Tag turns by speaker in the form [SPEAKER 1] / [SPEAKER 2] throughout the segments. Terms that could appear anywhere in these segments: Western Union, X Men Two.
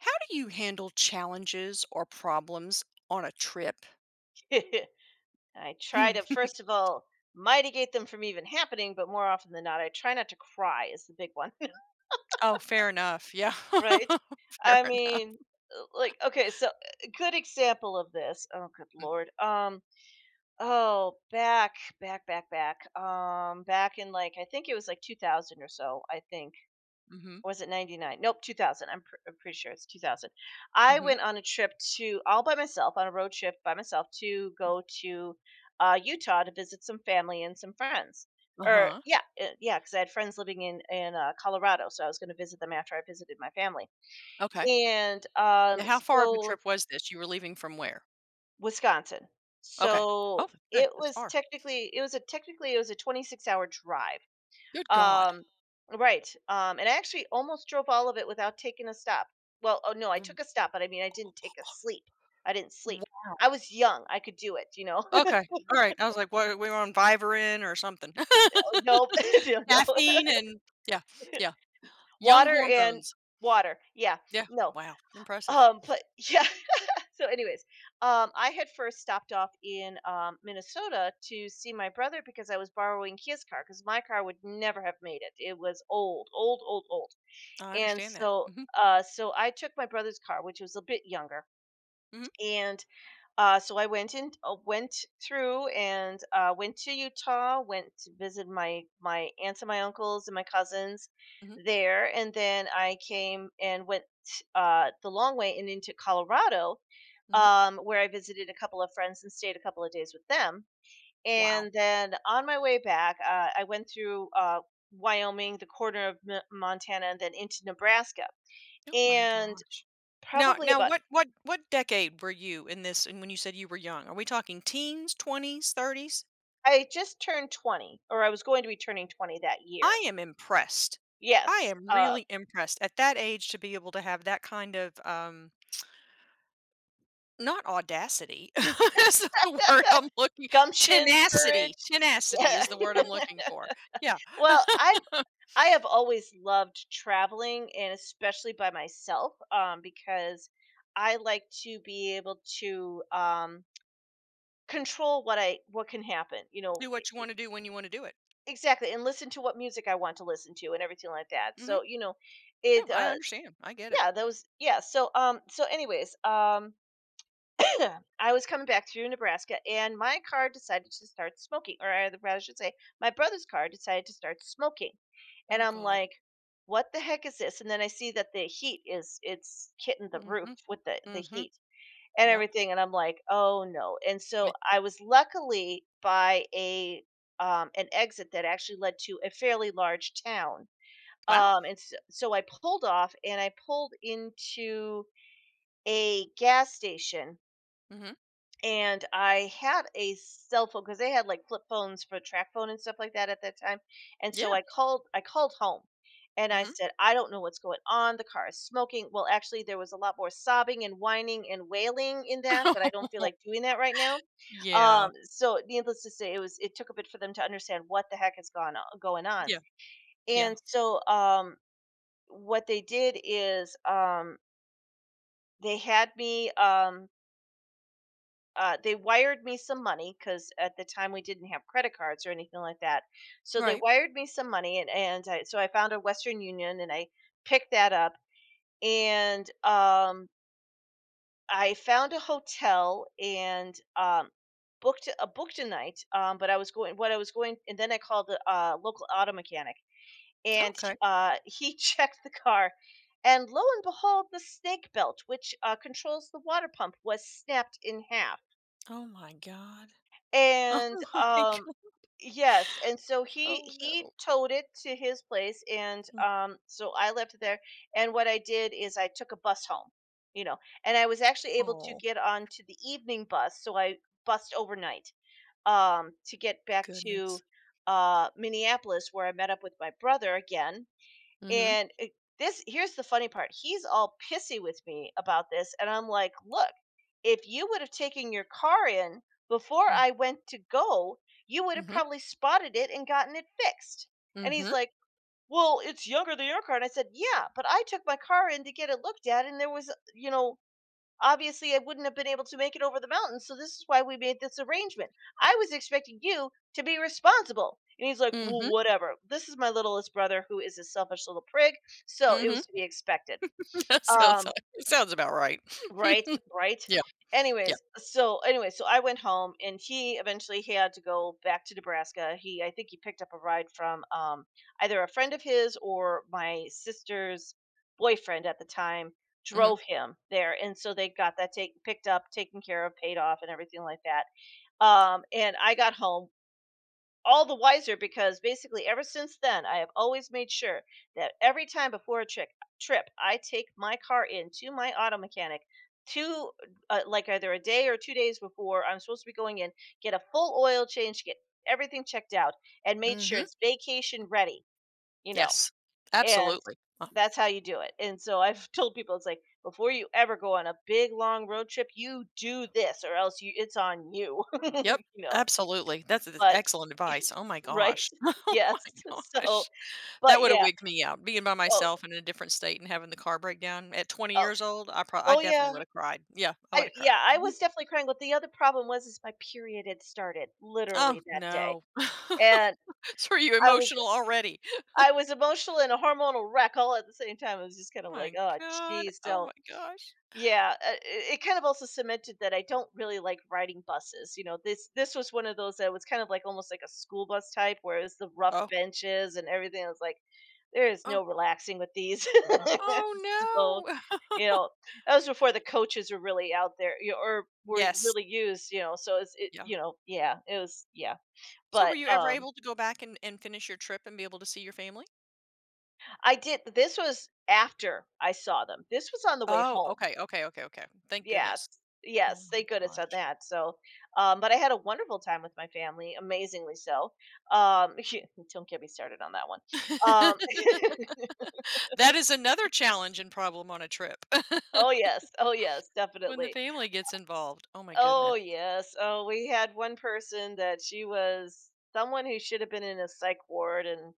[SPEAKER 1] How do you handle challenges or problems on a trip?
[SPEAKER 2] I try
[SPEAKER 1] Hmm,
[SPEAKER 2] to, first of all, mitigate them from even happening, but more often than not, I try not to cry, is the big one.
[SPEAKER 1] oh, fair enough. Yeah.
[SPEAKER 2] Right?
[SPEAKER 1] Fair
[SPEAKER 2] I
[SPEAKER 1] enough.
[SPEAKER 2] mean, like, okay, so a good example of this. Oh, good
[SPEAKER 1] Mm.
[SPEAKER 2] lord. Oh, back in like, I think it was like 2000 or so, I think.
[SPEAKER 1] Mhm,
[SPEAKER 2] Or was it '99? Nope, 2000. I'm pretty sure it's 2000. I
[SPEAKER 1] mhm.
[SPEAKER 2] went on a trip to all by myself on a road trip by myself to go to Utah to visit some family and some friends. Or
[SPEAKER 1] Uh-huh.
[SPEAKER 2] yeah, yeah, because I had friends living in Colorado, so I was going to visit them after I visited my family.
[SPEAKER 1] Okay.
[SPEAKER 2] And
[SPEAKER 1] Now how far of a
[SPEAKER 2] so
[SPEAKER 1] trip was this? You were leaving from where?
[SPEAKER 2] Wisconsin.
[SPEAKER 1] Okay. Oh,
[SPEAKER 2] So
[SPEAKER 1] okay, that's far.
[SPEAKER 2] it was a 26-hour hour drive
[SPEAKER 1] Good God.
[SPEAKER 2] um, right. And I actually almost drove all of it without taking a stop. Well, oh no, I
[SPEAKER 1] W
[SPEAKER 2] took a stop, but I mean, I didn't take a sleep. I didn't sleep.
[SPEAKER 1] Wow.
[SPEAKER 2] I was young. I could do it, you know.
[SPEAKER 1] Okay. Alright. I was like, "What, we were on Vivarin or something."
[SPEAKER 2] Oh, nope. No, no.
[SPEAKER 1] Caffeine and yeah, yeah. Young
[SPEAKER 2] Water and
[SPEAKER 1] hormones.
[SPEAKER 2] water. Yeah.
[SPEAKER 1] Yeah.
[SPEAKER 2] No.
[SPEAKER 1] Wow. Impressive.
[SPEAKER 2] But yeah. So, anyways, I had first stopped off in Minnesota to see my brother because I was borrowing his car because my car would never have made it. It was old, old, old, old.
[SPEAKER 1] I
[SPEAKER 2] And
[SPEAKER 1] understand that.
[SPEAKER 2] so
[SPEAKER 1] Hmm,
[SPEAKER 2] so I took my brother's car, which was a bit younger.
[SPEAKER 1] hmm,
[SPEAKER 2] And so I went in went through and went to Utah, went to visit my aunts and my uncles and my cousins
[SPEAKER 1] hmm,
[SPEAKER 2] there, and then I came and went the long way and into Colorado,
[SPEAKER 1] hmm.
[SPEAKER 2] where I visited a couple of friends and stayed a couple of days with them.
[SPEAKER 1] Wow.
[SPEAKER 2] And then on my way back, I went through Wyoming, the corner of Montana, and then into Nebraska
[SPEAKER 1] Oh my
[SPEAKER 2] and
[SPEAKER 1] gosh. Now,
[SPEAKER 2] probably
[SPEAKER 1] now,
[SPEAKER 2] about
[SPEAKER 1] what, what, what decade were you in this? And when you said you were young, are we talking teens, twenties, thirties?
[SPEAKER 2] I just turned 20, or I was going to be turning 20 that
[SPEAKER 1] I
[SPEAKER 2] year.
[SPEAKER 1] am impressed. I
[SPEAKER 2] Yes,
[SPEAKER 1] am really impressed at that age to be able to have that kind of not audacity. That's not the word I'm looking.
[SPEAKER 2] gumption,
[SPEAKER 1] Tenacity.
[SPEAKER 2] courage.
[SPEAKER 1] Tenacity
[SPEAKER 2] Yeah.
[SPEAKER 1] is the word I'm looking for. Yeah.
[SPEAKER 2] Well, I have always loved traveling and especially by myself, because I like to be able to control what can happen, you know,
[SPEAKER 1] Do what you want to do when you want to do it.
[SPEAKER 2] exactly, and listen to what music I want to listen to and everything like that.
[SPEAKER 1] Hmm.
[SPEAKER 2] So, you know,
[SPEAKER 1] No,
[SPEAKER 2] it
[SPEAKER 1] I understand. I get it.
[SPEAKER 2] yeah, that was yeah. So so anyways, I was coming back through Nebraska and my car decided to start smoking, or I rather should say, my brother's car decided to start smoking. And
[SPEAKER 1] Oh
[SPEAKER 2] I'm
[SPEAKER 1] God.
[SPEAKER 2] like, what the heck is this? And then I see that the heat is, it's hitting the roof
[SPEAKER 1] Mhm,
[SPEAKER 2] with the
[SPEAKER 1] mhm,
[SPEAKER 2] heat and
[SPEAKER 1] yep,
[SPEAKER 2] everything. And I'm like, oh no. And
[SPEAKER 1] mi
[SPEAKER 2] so I was luckily by an exit that actually led to a fairly large town.
[SPEAKER 1] wow,
[SPEAKER 2] And so I pulled off and I pulled into a gas station,
[SPEAKER 1] mhm,
[SPEAKER 2] and I had a cell phone because they had like flip phones for track phone and stuff like that at that time. And so
[SPEAKER 1] yeah,
[SPEAKER 2] I called home and I
[SPEAKER 1] mhm.
[SPEAKER 2] said, I don't know what's going on. The car is smoking. Well, actually there was a lot more sobbing and whining and wailing in that, but I don't feel like doing that right now.
[SPEAKER 1] Yeah,
[SPEAKER 2] So needless to say, it took a bit for them to understand what the heck is going on.
[SPEAKER 1] yeah, yeah,
[SPEAKER 2] And so what they did is they had me they wired me some money because at the time we didn't have credit cards or anything like that. So they
[SPEAKER 1] right,
[SPEAKER 2] wired me some money, and so I found a Western Union and I picked that up, and I found a hotel and booked a night. But I was going, and then I called the local auto mechanic, and
[SPEAKER 1] okay.
[SPEAKER 2] he checked the car. And lo and behold, the snake belt, which controls the water pump, was snapped in half.
[SPEAKER 1] Oh my god. Oh
[SPEAKER 2] And,
[SPEAKER 1] my
[SPEAKER 2] um
[SPEAKER 1] God.
[SPEAKER 2] yes, and so he
[SPEAKER 1] Oh no.
[SPEAKER 2] he towed it to his place, and
[SPEAKER 1] Mm,
[SPEAKER 2] so I left it there, and what I did is I took a bus home, you know, and I was actually able to
[SPEAKER 1] oh,
[SPEAKER 2] get onto the evening bus, so I bussed overnight, to get back
[SPEAKER 1] goodness.
[SPEAKER 2] to Minneapolis, where I met up with my brother again.
[SPEAKER 1] Mhm,
[SPEAKER 2] And it, this here's the funny part. He's all pissy with me about this, and I'm like, "Look, if you would have taken your car in before
[SPEAKER 1] mm,
[SPEAKER 2] I went to go, you would have
[SPEAKER 1] mhm,
[SPEAKER 2] probably spotted it and gotten it fixed." And
[SPEAKER 1] mhm,
[SPEAKER 2] he's like, "Well, it's younger than your car." And I said, "Yeah, but I took my car in to get it looked at and there was, you know, obviously I wouldn't have been able to make it over the mountain, so this is why we made this arrangement. I was expecting you to be responsible. And he's like, well,
[SPEAKER 1] mhm,
[SPEAKER 2] whatever. This is my littlest brother who is a selfish little prig, so it
[SPEAKER 1] mhm.
[SPEAKER 2] was to be expected.
[SPEAKER 1] That sounds
[SPEAKER 2] Um
[SPEAKER 1] like it sounds about right.
[SPEAKER 2] Right, right.
[SPEAKER 1] Yeah, yeah,
[SPEAKER 2] Anyways, so I went home, and he eventually he had to go back to Nebraska. He, I think he picked up a ride from either a friend of his, or my sister's boyfriend at the time
[SPEAKER 1] mhm,
[SPEAKER 2] drove him there. And so they got that take picked up, taken care of, paid off, and everything like that. And I got home all the wiser, because basically ever since then I have always made sure that every time before a trip trip I take my car in to my auto mechanic to like either a day or 2 days before I'm supposed to be going in, get a full oil change, get everything checked out, and made sure
[SPEAKER 1] mhm,
[SPEAKER 2] it's vacation ready, you know,
[SPEAKER 1] yes,
[SPEAKER 2] and
[SPEAKER 1] absolutely.
[SPEAKER 2] that's how you do it. And so I've told people it's like, before you ever go on a big long road trip, you do this, or else you it's on you.
[SPEAKER 1] Yep,
[SPEAKER 2] You know,
[SPEAKER 1] absolutely, that's,
[SPEAKER 2] but
[SPEAKER 1] excellent advice, oh my
[SPEAKER 2] right?
[SPEAKER 1] gosh.
[SPEAKER 2] Yes.
[SPEAKER 1] Oh my
[SPEAKER 2] So
[SPEAKER 1] gosh. That
[SPEAKER 2] but
[SPEAKER 1] would have
[SPEAKER 2] yeah.
[SPEAKER 1] wigged me out. Being by
[SPEAKER 2] Oh,
[SPEAKER 1] myself and in a different state and having the car break down at 20
[SPEAKER 2] oh,
[SPEAKER 1] years old, I
[SPEAKER 2] oh
[SPEAKER 1] definitely
[SPEAKER 2] yeah.
[SPEAKER 1] would have cried. Yeah, I would
[SPEAKER 2] I
[SPEAKER 1] have
[SPEAKER 2] yeah,
[SPEAKER 1] cried.
[SPEAKER 2] I
[SPEAKER 1] Mhm.
[SPEAKER 2] was definitely crying, but the other problem was is my period had started
[SPEAKER 1] Oh,
[SPEAKER 2] literally that day,
[SPEAKER 1] no.
[SPEAKER 2] and
[SPEAKER 1] So are you
[SPEAKER 2] I was
[SPEAKER 1] emotional already?
[SPEAKER 2] I was emotional and a hormonal wreck all at the same time. It was just kinda like,
[SPEAKER 1] My
[SPEAKER 2] "Oh,
[SPEAKER 1] god.
[SPEAKER 2] jeez."
[SPEAKER 1] Oh my
[SPEAKER 2] So
[SPEAKER 1] gosh.
[SPEAKER 2] yeah, it, it kind of also cemented that I don't really like riding buses. You know, this was one of those that was kind of like almost like a school bus type, where it's the rough
[SPEAKER 1] Oh,
[SPEAKER 2] benches and everything. I was like, there is
[SPEAKER 1] oh,
[SPEAKER 2] no relaxing with these. So,
[SPEAKER 1] oh,
[SPEAKER 2] you
[SPEAKER 1] no.
[SPEAKER 2] know, that was before the coaches were really out there, you know, or were
[SPEAKER 1] Yes.
[SPEAKER 2] really used. You know, so it's it.
[SPEAKER 1] Yeah.
[SPEAKER 2] You know, yeah, it was yeah.
[SPEAKER 1] So were
[SPEAKER 2] But
[SPEAKER 1] you ever able to go back and finish your trip and be able to see your family?
[SPEAKER 2] I did. This was after I saw them. This was on the way
[SPEAKER 1] Oh,
[SPEAKER 2] home.
[SPEAKER 1] okay, okay, okay, okay. Thank goodness.
[SPEAKER 2] Yes,
[SPEAKER 1] Oh
[SPEAKER 2] yes,
[SPEAKER 1] my
[SPEAKER 2] they could have said
[SPEAKER 1] gosh.
[SPEAKER 2] that. So, but I had a wonderful time with my family, amazingly so. Um, don't get me started on that one. Um,
[SPEAKER 1] That is another challenge and problem on a trip.
[SPEAKER 2] oh yes, oh yes,
[SPEAKER 1] When the
[SPEAKER 2] definitely.
[SPEAKER 1] family gets involved. Oh my
[SPEAKER 2] Oh
[SPEAKER 1] goodness.
[SPEAKER 2] yes. Oh, we had one person that she was someone who should have been in a psych ward, and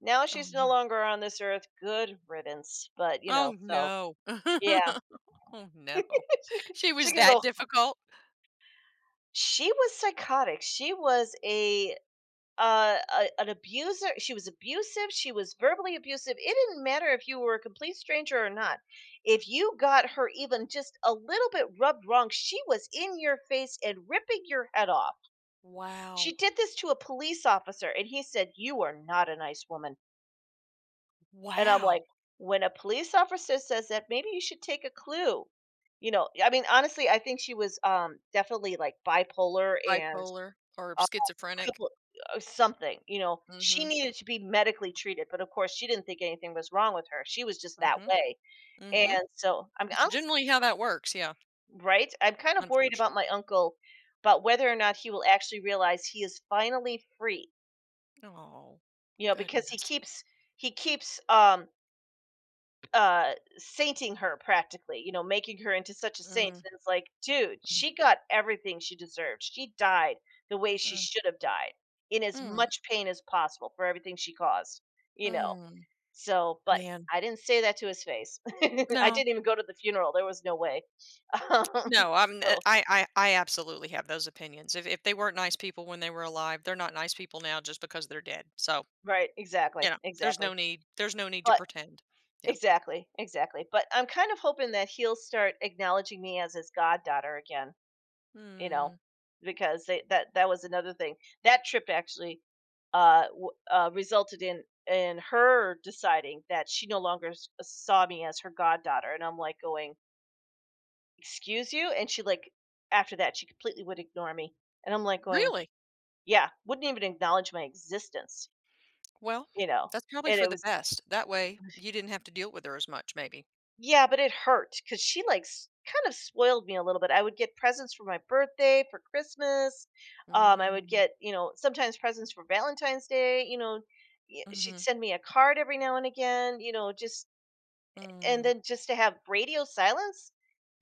[SPEAKER 2] now
[SPEAKER 1] Oh
[SPEAKER 2] she's no
[SPEAKER 1] no.
[SPEAKER 2] longer on this earth. Good riddance. But you know,
[SPEAKER 1] Oh
[SPEAKER 2] so
[SPEAKER 1] no.
[SPEAKER 2] yeah,
[SPEAKER 1] Oh no. She
[SPEAKER 2] she
[SPEAKER 1] was
[SPEAKER 2] can
[SPEAKER 1] that
[SPEAKER 2] go.
[SPEAKER 1] difficult?
[SPEAKER 2] She was psychotic. She was a an abuser. She was abusive. She was verbally abusive. It didn't matter if you were a complete stranger or not. If you got her even just a little bit rubbed wrong, she was in your face and ripping your head off.
[SPEAKER 1] Wow.
[SPEAKER 2] She did this to a police officer, and he said, you are not a nice woman. And I'm like,
[SPEAKER 1] Wow.
[SPEAKER 2] when a police officer says that, maybe you should take a clue. You know, I mean, honestly, I think she was definitely like bipolar and
[SPEAKER 1] Bipolar or
[SPEAKER 2] uh, a
[SPEAKER 1] schizophrenic.
[SPEAKER 2] couple or something, you know, she
[SPEAKER 1] Mm.
[SPEAKER 2] needed to be medically treated, but of course she didn't think anything was wrong with her. She was just
[SPEAKER 1] Mhm.
[SPEAKER 2] that
[SPEAKER 1] Mm. Mhm.
[SPEAKER 2] way,
[SPEAKER 1] Mm. Mhm.
[SPEAKER 2] and so I'm
[SPEAKER 1] It's
[SPEAKER 2] honest,
[SPEAKER 1] generally how that works, yeah,
[SPEAKER 2] right? I'm kind of worried
[SPEAKER 1] unfortunately.
[SPEAKER 2] about my uncle, about whether or not he will actually realize he is finally free,
[SPEAKER 1] Oh,
[SPEAKER 2] you know, because he
[SPEAKER 1] goodness.
[SPEAKER 2] keeps he keeps, um uh sainting her practically, you know, making her into such a saint.
[SPEAKER 1] Mm,
[SPEAKER 2] And it's like, dude, she got everything she deserved. She died the way she
[SPEAKER 1] mm,
[SPEAKER 2] should have died, in as
[SPEAKER 1] mm,
[SPEAKER 2] much pain as possible, for everything she caused, you know.
[SPEAKER 1] mm.
[SPEAKER 2] So but
[SPEAKER 1] Man.
[SPEAKER 2] I didn't say that to his face. I
[SPEAKER 1] No.
[SPEAKER 2] didn't even go to the funeral. There was no way. um,
[SPEAKER 1] No, I'm eh,
[SPEAKER 2] so
[SPEAKER 1] I absolutely have those opinions. If they weren't nice people when they were alive, they're not nice people now just because they're dead. So
[SPEAKER 2] right, exactly,
[SPEAKER 1] you know,
[SPEAKER 2] exactly
[SPEAKER 1] there's no need to
[SPEAKER 2] but
[SPEAKER 1] pretend. Yeah.
[SPEAKER 2] exactly exactly but I'm kind of hoping that he'll start acknowledging me as his goddaughter again, you
[SPEAKER 1] "Hmm,
[SPEAKER 2] know, because they, that that was another thing. That trip actually, resulted in her deciding that she no longer saw me as her goddaughter. And I'm like going, "Excuse you?" And she, like, after that, she completely would ignore me, and I'm like going,
[SPEAKER 1] really?
[SPEAKER 2] "Yeah, wouldn't even acknowledge my existence,"
[SPEAKER 1] Well,
[SPEAKER 2] you know.
[SPEAKER 1] that's probably
[SPEAKER 2] And
[SPEAKER 1] for
[SPEAKER 2] it
[SPEAKER 1] the
[SPEAKER 2] was —
[SPEAKER 1] best. That way, you didn't have to deal with her as much, maybe."
[SPEAKER 2] yeah, but it hurt because she, like, s kind of spoiled me a little bit. I would get presents for my birthday, for Christmas, I would
[SPEAKER 1] Mm,
[SPEAKER 2] get, you know, sometimes presents for Valentine's Day, you know, y she'd
[SPEAKER 1] mhm,
[SPEAKER 2] send me a card every now and again, you know, just — and
[SPEAKER 1] mm.
[SPEAKER 2] then just to have radio silence?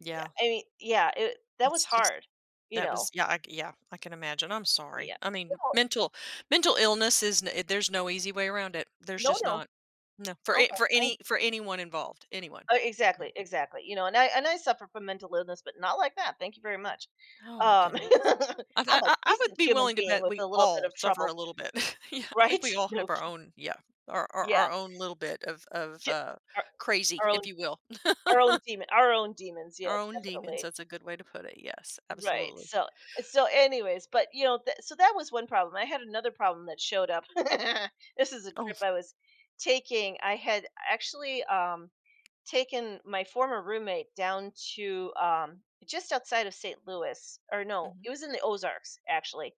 [SPEAKER 1] Yeah,
[SPEAKER 2] I mean, yeah, it that
[SPEAKER 1] it's
[SPEAKER 2] was
[SPEAKER 1] just
[SPEAKER 2] hard, you
[SPEAKER 1] that was
[SPEAKER 2] know?
[SPEAKER 1] yeah, I c yeah, I can imagine. I'm sorry.
[SPEAKER 2] Yeah.
[SPEAKER 1] I mean,
[SPEAKER 2] No,
[SPEAKER 1] mental illness is there's no easy way around it. There's
[SPEAKER 2] no,
[SPEAKER 1] just
[SPEAKER 2] no.
[SPEAKER 1] not. No, for
[SPEAKER 2] No,
[SPEAKER 1] a for
[SPEAKER 2] no.
[SPEAKER 1] any for anyone involved, anyone.
[SPEAKER 2] Oh, exactly, exactly. You know, and I suffer from mental illness, but not like that. Thank you very much.
[SPEAKER 1] Oh my
[SPEAKER 2] Um,
[SPEAKER 1] goodness. I th
[SPEAKER 2] I'm a
[SPEAKER 1] I would
[SPEAKER 2] decent
[SPEAKER 1] be
[SPEAKER 2] human
[SPEAKER 1] willing to
[SPEAKER 2] being
[SPEAKER 1] bet
[SPEAKER 2] with
[SPEAKER 1] we
[SPEAKER 2] a little bit
[SPEAKER 1] all
[SPEAKER 2] of
[SPEAKER 1] suffer a
[SPEAKER 2] trouble,
[SPEAKER 1] little bit. Yeah, I think
[SPEAKER 2] right?
[SPEAKER 1] we all
[SPEAKER 2] No,
[SPEAKER 1] have our own yeah,
[SPEAKER 2] yeah,
[SPEAKER 1] our own little bit of
[SPEAKER 2] yeah. Our,
[SPEAKER 1] crazy,
[SPEAKER 2] our
[SPEAKER 1] if
[SPEAKER 2] own,
[SPEAKER 1] you will.
[SPEAKER 2] our own demon, our own demons.
[SPEAKER 1] Our
[SPEAKER 2] Yes,
[SPEAKER 1] own demons,
[SPEAKER 2] definitely.
[SPEAKER 1] that's a good way to put it, yes,
[SPEAKER 2] Right.
[SPEAKER 1] absolutely.
[SPEAKER 2] So, so, anyways, but you know, so that was one problem. I had another problem that showed up. This is a
[SPEAKER 1] Oh,
[SPEAKER 2] trip I was taking. I had actually taken my former roommate down to just outside of St. Louis, or no,
[SPEAKER 1] mhm,
[SPEAKER 2] it was in the Ozarks actually,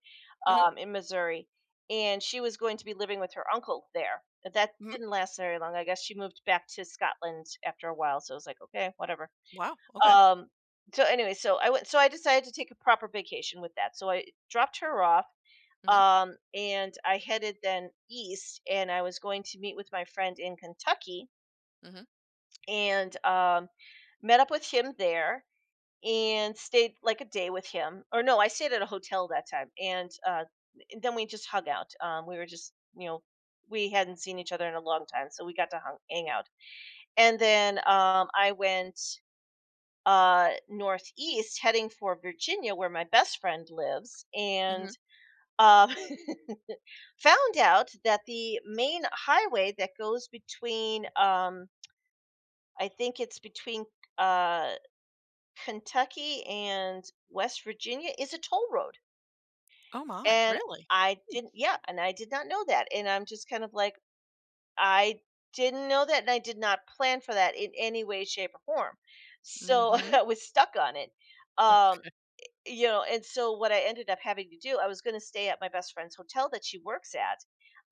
[SPEAKER 1] mhm,
[SPEAKER 2] in Missouri, and she was going to be living with her uncle there. But that
[SPEAKER 1] mhm,
[SPEAKER 2] didn't last very long. I guess she moved back to Scotland after a while, so I was like, okay, whatever.
[SPEAKER 1] wow, okay,
[SPEAKER 2] Um, so anyway, so I went. So I decided to take a proper vacation with that. So I dropped her off.
[SPEAKER 1] mhm,
[SPEAKER 2] And I headed then east, and I was going to meet with my friend in Kentucky
[SPEAKER 1] mhm,
[SPEAKER 2] and met up with him there and stayed like a day with him. Or no, I stayed at a hotel that time, and then we just hung out. We were just, you know, we hadn't seen each other in a long time, so we got to hang out. And then, I went northeast, heading for Virginia, where my best friend lives. And,
[SPEAKER 1] mhm.
[SPEAKER 2] Um, found out that the main highway that goes between, I think it's between uh, Kentucky and West Virginia, is a toll road.
[SPEAKER 1] Oh my,
[SPEAKER 2] And
[SPEAKER 1] really?
[SPEAKER 2] I didn't yeah, and I did not know that. And I'm just kind of like, I didn't know that, and I did not plan for that in any way, shape, or form. So
[SPEAKER 1] Mhm,
[SPEAKER 2] I was stuck on it. Um
[SPEAKER 1] okay,
[SPEAKER 2] you know, and so what I ended up having to do, I was going to stay at my best friend's hotel that she works at,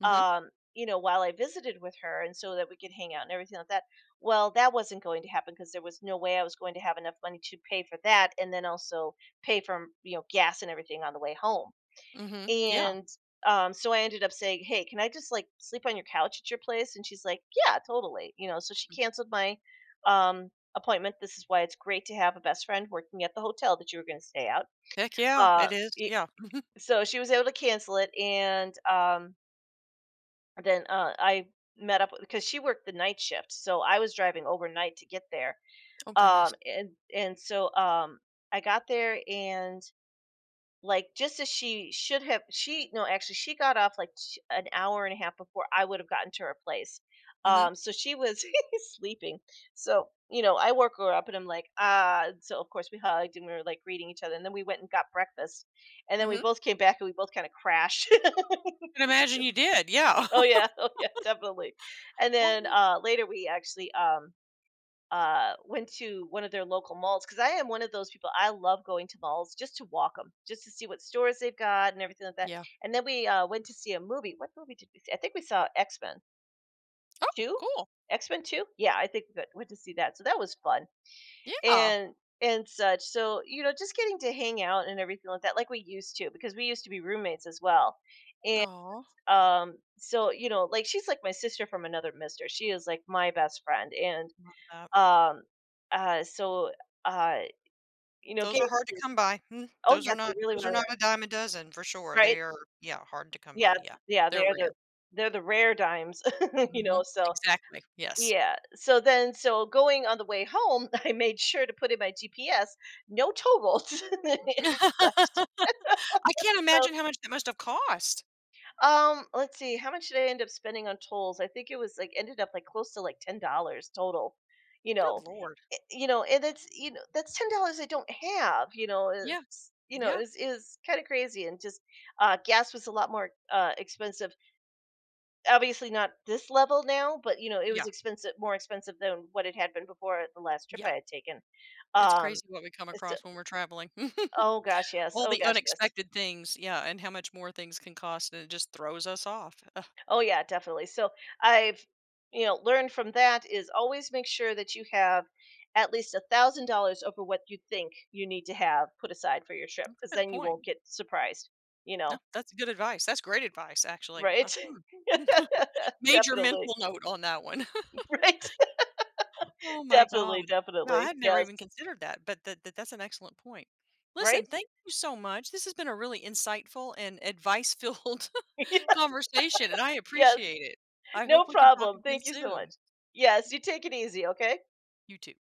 [SPEAKER 1] mhm,
[SPEAKER 2] you know, while I visited with her, and so that we could hang out and everything like that. Well, that wasn't going to happen because there was no way I was going to have enough money to pay for that, and then also pay for, you know, gas and everything on the way home.
[SPEAKER 1] mhm, yeah,
[SPEAKER 2] And so I ended up saying, "Hey, can I just like sleep on your couch at your place?" And she's like, "Yeah, totally." You know, so she canceled my um, appointment. This is why it's great to have a best friend working at the hotel that you were going to stay out.
[SPEAKER 1] heck yeah,
[SPEAKER 2] Uh,
[SPEAKER 1] it is,
[SPEAKER 2] y
[SPEAKER 1] yeah.
[SPEAKER 2] So she was able to cancel it, and, then, I met up, because she worked the night shift, so I was driving overnight to get there.
[SPEAKER 1] Oh goodness,
[SPEAKER 2] And so, I got there and, like, just as she should have she no, actually, she got off, like, sh an hour and a half before I would have gotten to her place.
[SPEAKER 1] mhm,
[SPEAKER 2] So she was sleeping. So, you know, I woke her up, and I'm like, "Ah," so, of course, we hugged, and we were, like, greeting each other, and then we went and got breakfast, and then we
[SPEAKER 1] mhm.
[SPEAKER 2] both came back, and we both kinda crashed.
[SPEAKER 1] Can imagine you did, yeah.
[SPEAKER 2] Oh, yeah. Oh, yeah, definitely. And
[SPEAKER 1] Oh,
[SPEAKER 2] then, later we actually, went to one of their local malls, because I am one of those people. I love going to malls just to walk them, just to see what stores they've got and everything like that.
[SPEAKER 1] yeah.
[SPEAKER 2] And then we went to see a movie. What movie did we see? I think we saw X Men
[SPEAKER 1] Oh,
[SPEAKER 2] Two.
[SPEAKER 1] cool,
[SPEAKER 2] X Men Two. Yeah, I think we went to see that. So that was fun,
[SPEAKER 1] yeah.
[SPEAKER 2] and and such. So, you know, just getting to hang out and everything like that, like we used to, because we used to be roommates as well. And,
[SPEAKER 1] Oh,
[SPEAKER 2] so, you know, like, she's like my sister from another mister. She is like my best friend, and,
[SPEAKER 1] love that.
[SPEAKER 2] um, uh, so, uh, you know,
[SPEAKER 1] Those are
[SPEAKER 2] getting
[SPEAKER 1] hard to
[SPEAKER 2] to —
[SPEAKER 1] come by. Mm,
[SPEAKER 2] oh,
[SPEAKER 1] those
[SPEAKER 2] yeah,
[SPEAKER 1] are
[SPEAKER 2] they
[SPEAKER 1] not
[SPEAKER 2] really, really are,
[SPEAKER 1] a dime a dozen for sure.
[SPEAKER 2] right?
[SPEAKER 1] They are, yeah, hard to come
[SPEAKER 2] Yeah,
[SPEAKER 1] by, yeah.
[SPEAKER 2] yeah,
[SPEAKER 1] They're
[SPEAKER 2] they're
[SPEAKER 1] rare.
[SPEAKER 2] the rare dimes, you
[SPEAKER 1] Mhm.
[SPEAKER 2] know. So,
[SPEAKER 1] Exactly, yes.
[SPEAKER 2] yeah, so then, so going on the way home, I made sure to put in my GPS, no toll roads and such.
[SPEAKER 1] I can't
[SPEAKER 2] So
[SPEAKER 1] imagine how much that must have cost.
[SPEAKER 2] Let's see. How much did I end up spending on tolls? I think it was like ended up like close to like $10 total. You
[SPEAKER 1] Good
[SPEAKER 2] know,
[SPEAKER 1] lord.
[SPEAKER 2] you know, and it's, you know, that's $10 I don't have. You know,
[SPEAKER 1] Yeah,
[SPEAKER 2] it's, you know,
[SPEAKER 1] yeah,
[SPEAKER 2] is kind of crazy. And just gas was a lot more expensive. Obviously not this level now, but you know, it
[SPEAKER 1] yeah,
[SPEAKER 2] was expensive, more expensive than what it had been before the last trip I
[SPEAKER 1] yeah.
[SPEAKER 2] had taken.
[SPEAKER 1] It's
[SPEAKER 2] Um,
[SPEAKER 1] crazy what we come
[SPEAKER 2] it's-
[SPEAKER 1] across when we're traveling.
[SPEAKER 2] oh gosh, yes.
[SPEAKER 1] All
[SPEAKER 2] Oh
[SPEAKER 1] the
[SPEAKER 2] gosh, yes.
[SPEAKER 1] unexpected things, yeah, and how much more things can cost, and it just throws us off. Ugh,
[SPEAKER 2] Oh yeah, definitely. So I've, you know, learned from that is always make sure that you have at least $1,000 over what you think you need to have put aside for your trip,
[SPEAKER 1] that's
[SPEAKER 2] because
[SPEAKER 1] a good
[SPEAKER 2] then you
[SPEAKER 1] point.
[SPEAKER 2] won't get surprised. You
[SPEAKER 1] No,
[SPEAKER 2] know,
[SPEAKER 1] that's good advice. That's great advice, actually.
[SPEAKER 2] right?
[SPEAKER 1] Hmm. Major mental
[SPEAKER 2] definitely,
[SPEAKER 1] note on that one.
[SPEAKER 2] right?
[SPEAKER 1] Oh my god.
[SPEAKER 2] definitely,
[SPEAKER 1] Yeah, I
[SPEAKER 2] definitely.
[SPEAKER 1] had never
[SPEAKER 2] Yes,
[SPEAKER 1] even considered that, but that's an excellent point.
[SPEAKER 2] right?
[SPEAKER 1] Listen, thank you so much. This has been a really insightful and advice-filled conversation, and I
[SPEAKER 2] yes,
[SPEAKER 1] appreciate it. I hope
[SPEAKER 2] no
[SPEAKER 1] we can talk
[SPEAKER 2] problem.
[SPEAKER 1] again
[SPEAKER 2] Thank you so
[SPEAKER 1] soon.
[SPEAKER 2] much. Yes, you take it easy, okay?
[SPEAKER 1] You too.